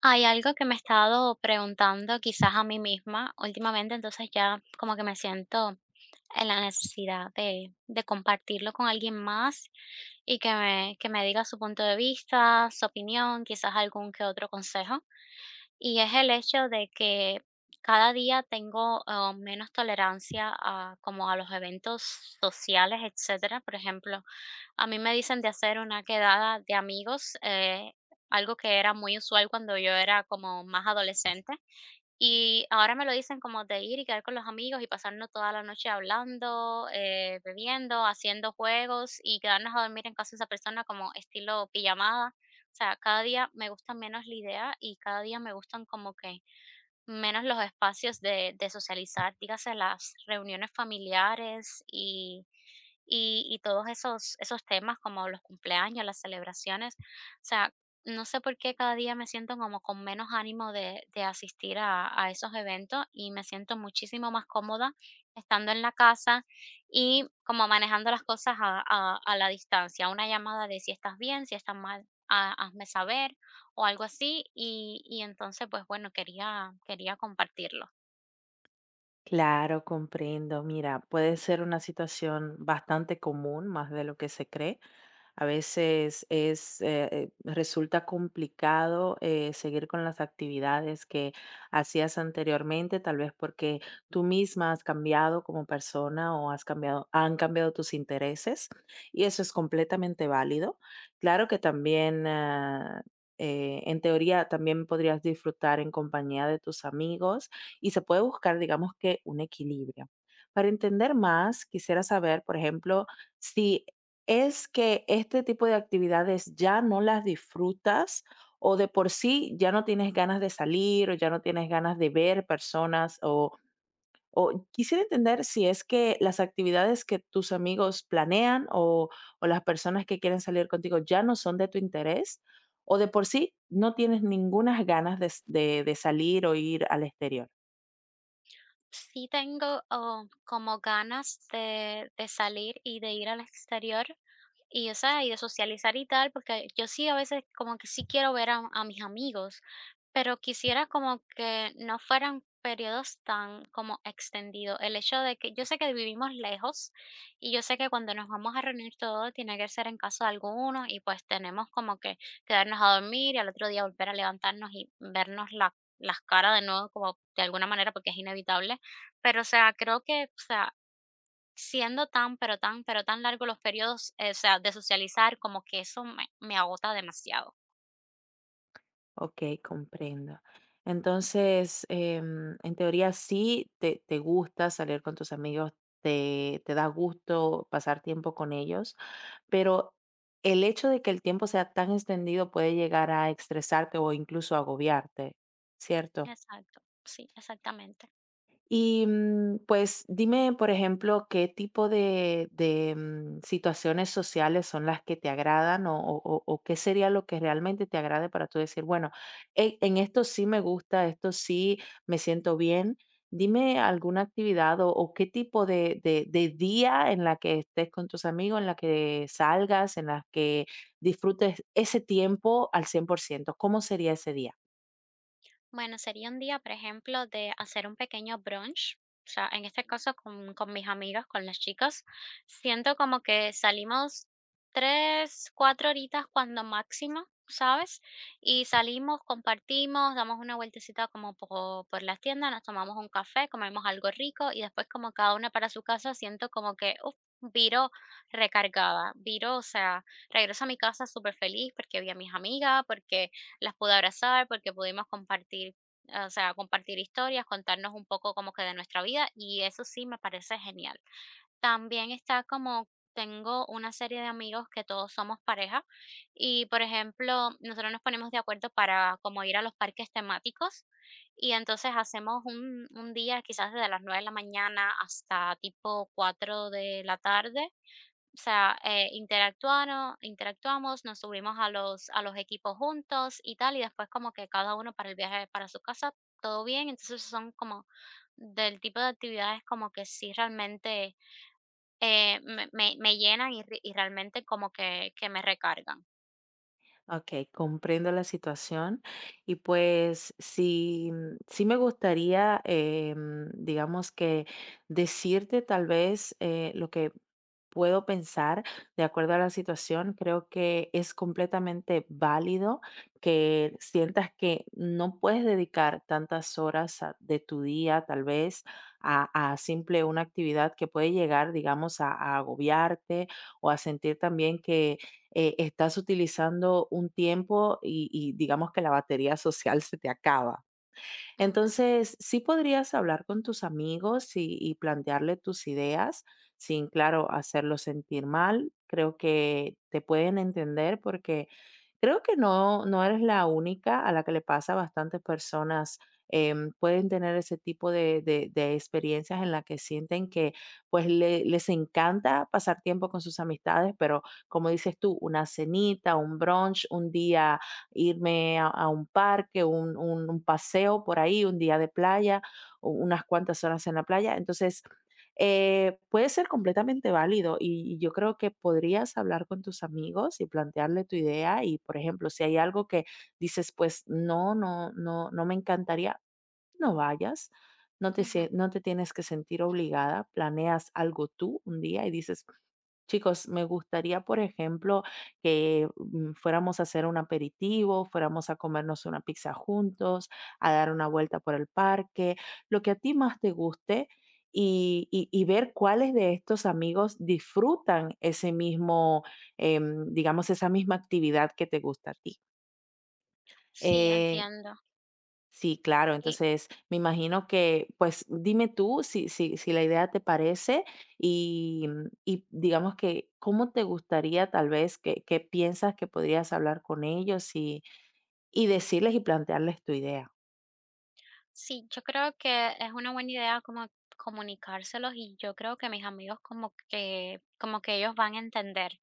Hay algo que me he estado preguntando quizás a mí misma últimamente, entonces ya como que me siento en la necesidad de compartirlo con alguien más y que me diga su punto de vista, su opinión, quizás algún que otro consejo. Y es el hecho de que cada día tengo, menos tolerancia a como a los eventos sociales, etcétera. Por ejemplo, a mí me dicen de hacer una quedada de amigos, algo que era muy usual cuando yo era como más adolescente. Y ahora me lo dicen como de ir y quedar con los amigos y pasarnos toda la noche hablando, bebiendo, haciendo juegos y quedarnos a dormir en casa de esa persona como estilo pijamada. O sea, cada día me gusta menos la idea y cada día me gustan como que menos los espacios de socializar, dígase las reuniones familiares y todos esos temas como los cumpleaños, las celebraciones. O sea, no sé por qué cada día me siento como con menos ánimo de asistir a esos eventos y me siento muchísimo más cómoda estando en la casa y como manejando las cosas a la distancia, una llamada de si estás bien, si estás mal, hazme saber o algo así, y entonces, pues bueno, quería compartirlo. Claro, comprendo. Mira, puede ser una situación bastante común, más de lo que se cree. A veces es, resulta complicado, seguir con las actividades que hacías anteriormente, tal vez porque tú misma has cambiado como persona o han cambiado tus intereses, y eso es completamente válido. Claro que también, en teoría, también podrías disfrutar en compañía de tus amigos y se puede buscar, digamos que, un equilibrio. Para entender más, quisiera saber, por ejemplo, si es que este tipo de actividades ya no las disfrutas, o de por sí ya no tienes ganas de salir o ya no tienes ganas de ver personas, o quisiera entender si es que las actividades que tus amigos planean, o las personas que quieren salir contigo ya no son de tu interés, o de por sí no tienes ninguna ganas de, de salir o ir al exterior. Sí tengo como ganas de salir y de ir al exterior. Y, o sea, y de socializar y tal, porque yo sí a veces como que sí quiero ver a mis amigos, pero quisiera como que no fueran periodos tan como extendidos. El hecho de que yo sé que vivimos lejos y yo sé que cuando nos vamos a reunir todo tiene que ser en casa de algunos y pues tenemos como que quedarnos a dormir y al otro día volver a levantarnos y vernos las caras de nuevo como de alguna manera porque es inevitable. Pero, o sea, creo que, o sea, siendo tan, pero tan, pero tan largos los periodos, o sea, de socializar, como que eso me agota demasiado. Ok, comprendo. Entonces, en teoría sí te gusta salir con tus amigos, te da gusto pasar tiempo con ellos, pero el hecho de que el tiempo sea tan extendido puede llegar a estresarte o incluso agobiarte, ¿cierto? Exacto, sí, exactamente. Y pues dime, por ejemplo, qué tipo de, situaciones sociales son las que te agradan, o qué sería lo que realmente te agrade para tú decir, bueno, en, esto sí me gusta, esto sí me siento bien. Dime alguna actividad, o qué tipo de, de día en la que estés con tus amigos, en la que salgas, en la que disfrutes ese tiempo al 100%. ¿Cómo sería ese día? Bueno, sería un día, por ejemplo, de hacer un pequeño brunch. O sea, en este caso con mis amigas, con las chicas. Siento como que salimos tres, cuatro horitas cuando máximo, ¿sabes? Y salimos, compartimos, damos una vueltecita como por, las tiendas, nos tomamos un café, comemos algo rico y después como cada una para su casa, siento como que, uff, viro recargada, viro, o sea, regreso a mi casa súper feliz porque vi a mis amigas, porque las pude abrazar porque pudimos compartir, o sea, compartir historias, contarnos un poco como que de nuestra vida y eso sí me parece genial. También está como tengo una serie de amigos que todos somos pareja y, por ejemplo, nosotros nos ponemos de acuerdo para como ir a los parques temáticos y entonces hacemos un día quizás desde las 9 de la mañana hasta tipo 4 de la tarde. O sea, interactuamos, nos subimos a los equipos juntos y tal, y después como que cada uno para el viaje para su casa, todo bien. Entonces son como del tipo de actividades como que sí realmente me llenan y realmente como que me recargan. Ok, comprendo la situación y pues sí, sí me gustaría, digamos que decirte tal vez, lo que puedo pensar de acuerdo a la situación. Creo que es completamente válido que sientas que no puedes dedicar tantas horas de tu día tal vez a simple una actividad que puede llegar, digamos, a agobiarte o a sentir también que estás utilizando un tiempo y digamos que la batería social se te acaba. Ujú, Entonces, sí podrías hablar con tus amigos y plantearle tus ideas sin, claro, hacerlos sentir mal. Creo que te pueden entender, porque creo que no, no eres la única a la que le pasa. Bastantes personas, pueden tener ese tipo de, de experiencias en las que sienten que pues les encanta pasar tiempo con sus amistades, pero como dices tú, una cenita, un brunch, un día irme a un parque, un paseo por ahí, un día de playa, unas cuantas horas en la playa. Entonces, puede ser completamente válido y yo creo que podrías hablar con tus amigos y plantearle tu idea y, por ejemplo, si hay algo que dices, pues no, no, no, no me encantaría, no vayas, ujú. No te tienes que sentir obligada. Planeas algo tú un día y dices, chicos, me gustaría, por ejemplo, que fuéramos a hacer un aperitivo, fuéramos a comernos una pizza juntos, a dar una vuelta por el parque, lo que a ti más te guste. Y y ver cuáles de estos amigos disfrutan ese mismo, digamos, esa misma actividad que te gusta a ti. Sí, Eh, entiendo. Sí, claro. Y Entonces, me imagino que, pues, dime tú si la idea te parece, y, y digamos que, ¿cómo te gustaría tal vez, que piensas que podrías hablar con ellos y decirles y plantearles tu idea? sí, yo creo que es una buena idea como comunicárselos y yo creo que mis amigos como que ellos van a entender.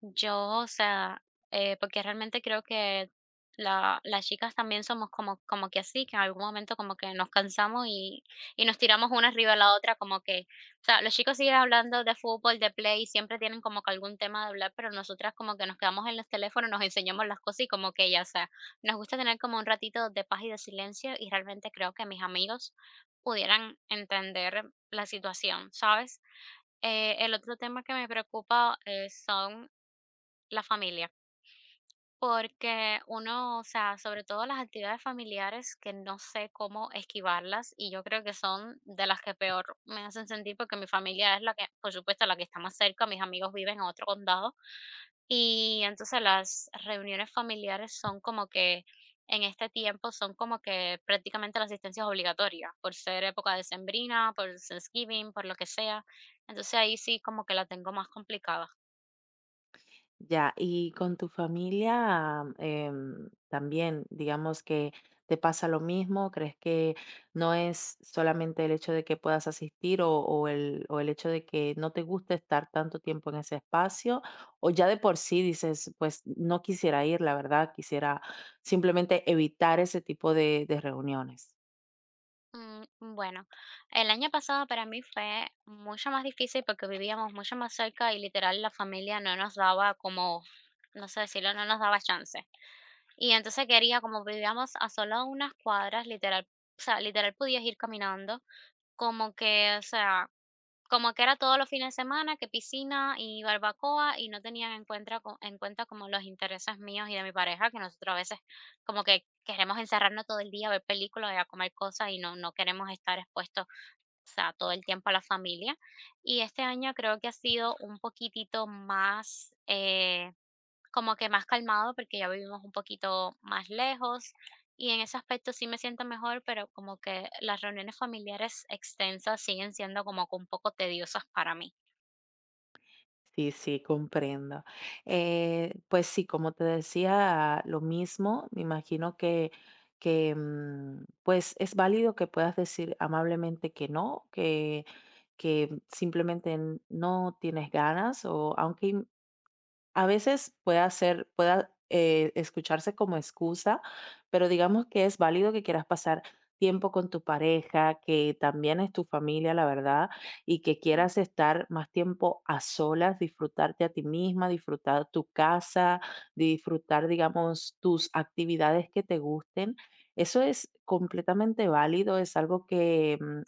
Yo, o sea, porque realmente creo que la las chicas también somos como que así, que en algún momento como que nos cansamos y nos tiramos una arriba de la otra, como que, o sea, los chicos siguen hablando de fútbol, de play, siempre tienen como que algún tema de hablar, pero nosotras como que nos quedamos en los teléfonos, nos enseñamos las cosas y como que ya, o sea, nos gusta tener como un ratito de paz y de silencio y realmente creo que mis amigos pudieran entender la situación, ¿sabes? El otro tema que me preocupa, son la familia, porque uno, o sea, sobre todo las actividades familiares que no sé cómo esquivarlas y yo creo que son de las que peor me hacen sentir porque mi familia es la que, por supuesto, la que está más cerca, mis amigos viven en otro condado y entonces las reuniones familiares son como que en este tiempo son como que prácticamente la asistencia es obligatoria por ser época decembrina, por Thanksgiving, por lo que sea. Entonces ahí sí como que la tengo más complicada. Ya, y con tu familia, también, digamos que te pasa lo mismo. ¿Crees que no es solamente el hecho de que puedas asistir, o el hecho de que no te gusta estar tanto tiempo en ese espacio? O ya de por sí dices, pues no quisiera ir, la verdad, quisiera simplemente evitar ese tipo de reuniones. Mm, Bueno, el año pasado para mí fue mucho más difícil porque vivíamos mucho más cerca y literal la familia no nos daba como, no sé decirlo, no nos daba chance. Y entonces quería, como vivíamos a solo unas cuadras, literal, o sea, literal podías ir caminando como que, o sea, como que era todos los fines de semana, que piscina y barbacoa, y no tenían en cuenta, en cuenta como los intereses míos y de mi pareja, que nosotros a veces como que queremos encerrarnos todo el día, ver películas y a comer cosas y no, no queremos estar expuestos, o sea, todo el tiempo a la familia. Y este año creo que ha sido un poquitito más, como que más calmado porque ya vivimos un poquito más lejos y en ese aspecto sí me siento mejor, pero como que las reuniones familiares extensas siguen siendo como que un poco tediosas para mí. Sí, sí, comprendo. Pues sí, como te decía, lo mismo, me imagino que pues es válido que puedas decir amablemente que no, que simplemente no tienes ganas, o aunque a veces puede hacer pueda, escucharse como excusa, pero digamos que es válido que quieras pasar tiempo con tu pareja, que también es tu familia, la verdad, y que quieras Ujú, estar más tiempo a solas, disfrutarte a ti misma, disfrutar tu casa, disfrutar, digamos, tus actividades que te gusten. Eso es completamente válido, es algo que,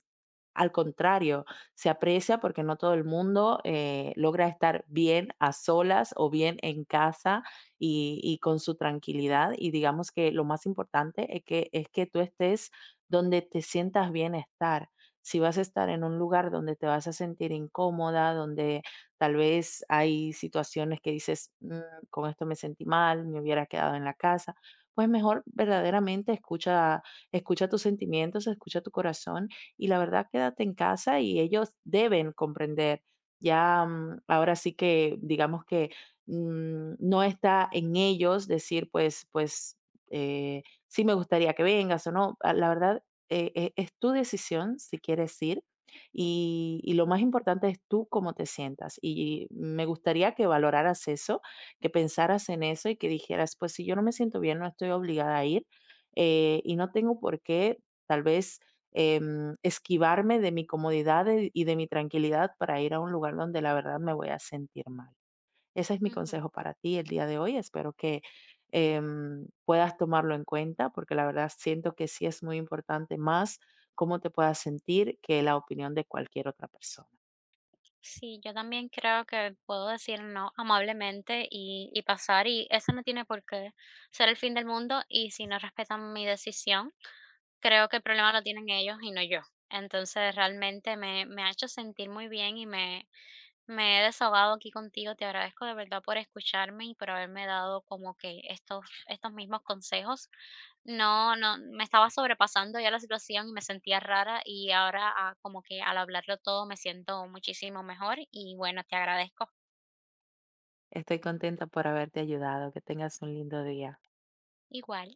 al contrario, se aprecia porque no todo el mundo, logra estar bien a solas o bien en casa y con su tranquilidad. Y digamos que lo más importante es es que tú estés donde te sientas bien estar. Si vas a estar en un lugar donde te vas a sentir incómoda, donde tal vez hay situaciones que dices, con esto me sentí mal, me hubiera quedado en la casa", pues mejor verdaderamente escucha, escucha tus sentimientos, escucha tu corazón y la verdad quédate en casa y ellos deben comprender. Ya, ahora sí que digamos que no está en ellos decir, eh, sí me gustaría que vengas o no. Ah, la verdad, es tu decisión si quieres ir y lo más importante es tú cómo te sientas. Y me gustaría que valoraras eso, que pensaras en eso y que dijeras, pues si yo no me siento bien, no estoy obligada a ir, y no tengo por qué tal vez esquivarme de mi comodidad y de mi tranquilidad para ir a un lugar donde la verdad me voy a sentir mal. Ese es mi ujú. consejo para ti el día de hoy. Espero que puedas tomarlo en cuenta porque la verdad siento que sí es muy importante más cómo te puedas sentir que la opinión de cualquier otra persona. Sí, yo también creo que puedo decir no amablemente y pasar y eso no tiene por qué ser el fin del mundo y si no respetan mi decisión. Creo que el problema lo tienen ellos y no yo. Entonces, realmente me ha hecho sentir muy bien y me he desahogado aquí contigo. Te agradezco de verdad por escucharme y por haberme dado como que estos mismos consejos. No, no, me estaba sobrepasando ya la situación y me sentía rara y ahora, como que al hablarlo todo me siento muchísimo mejor y bueno, te agradezco. Estoy contenta por haberte ayudado. Que tengas un lindo día. Igual.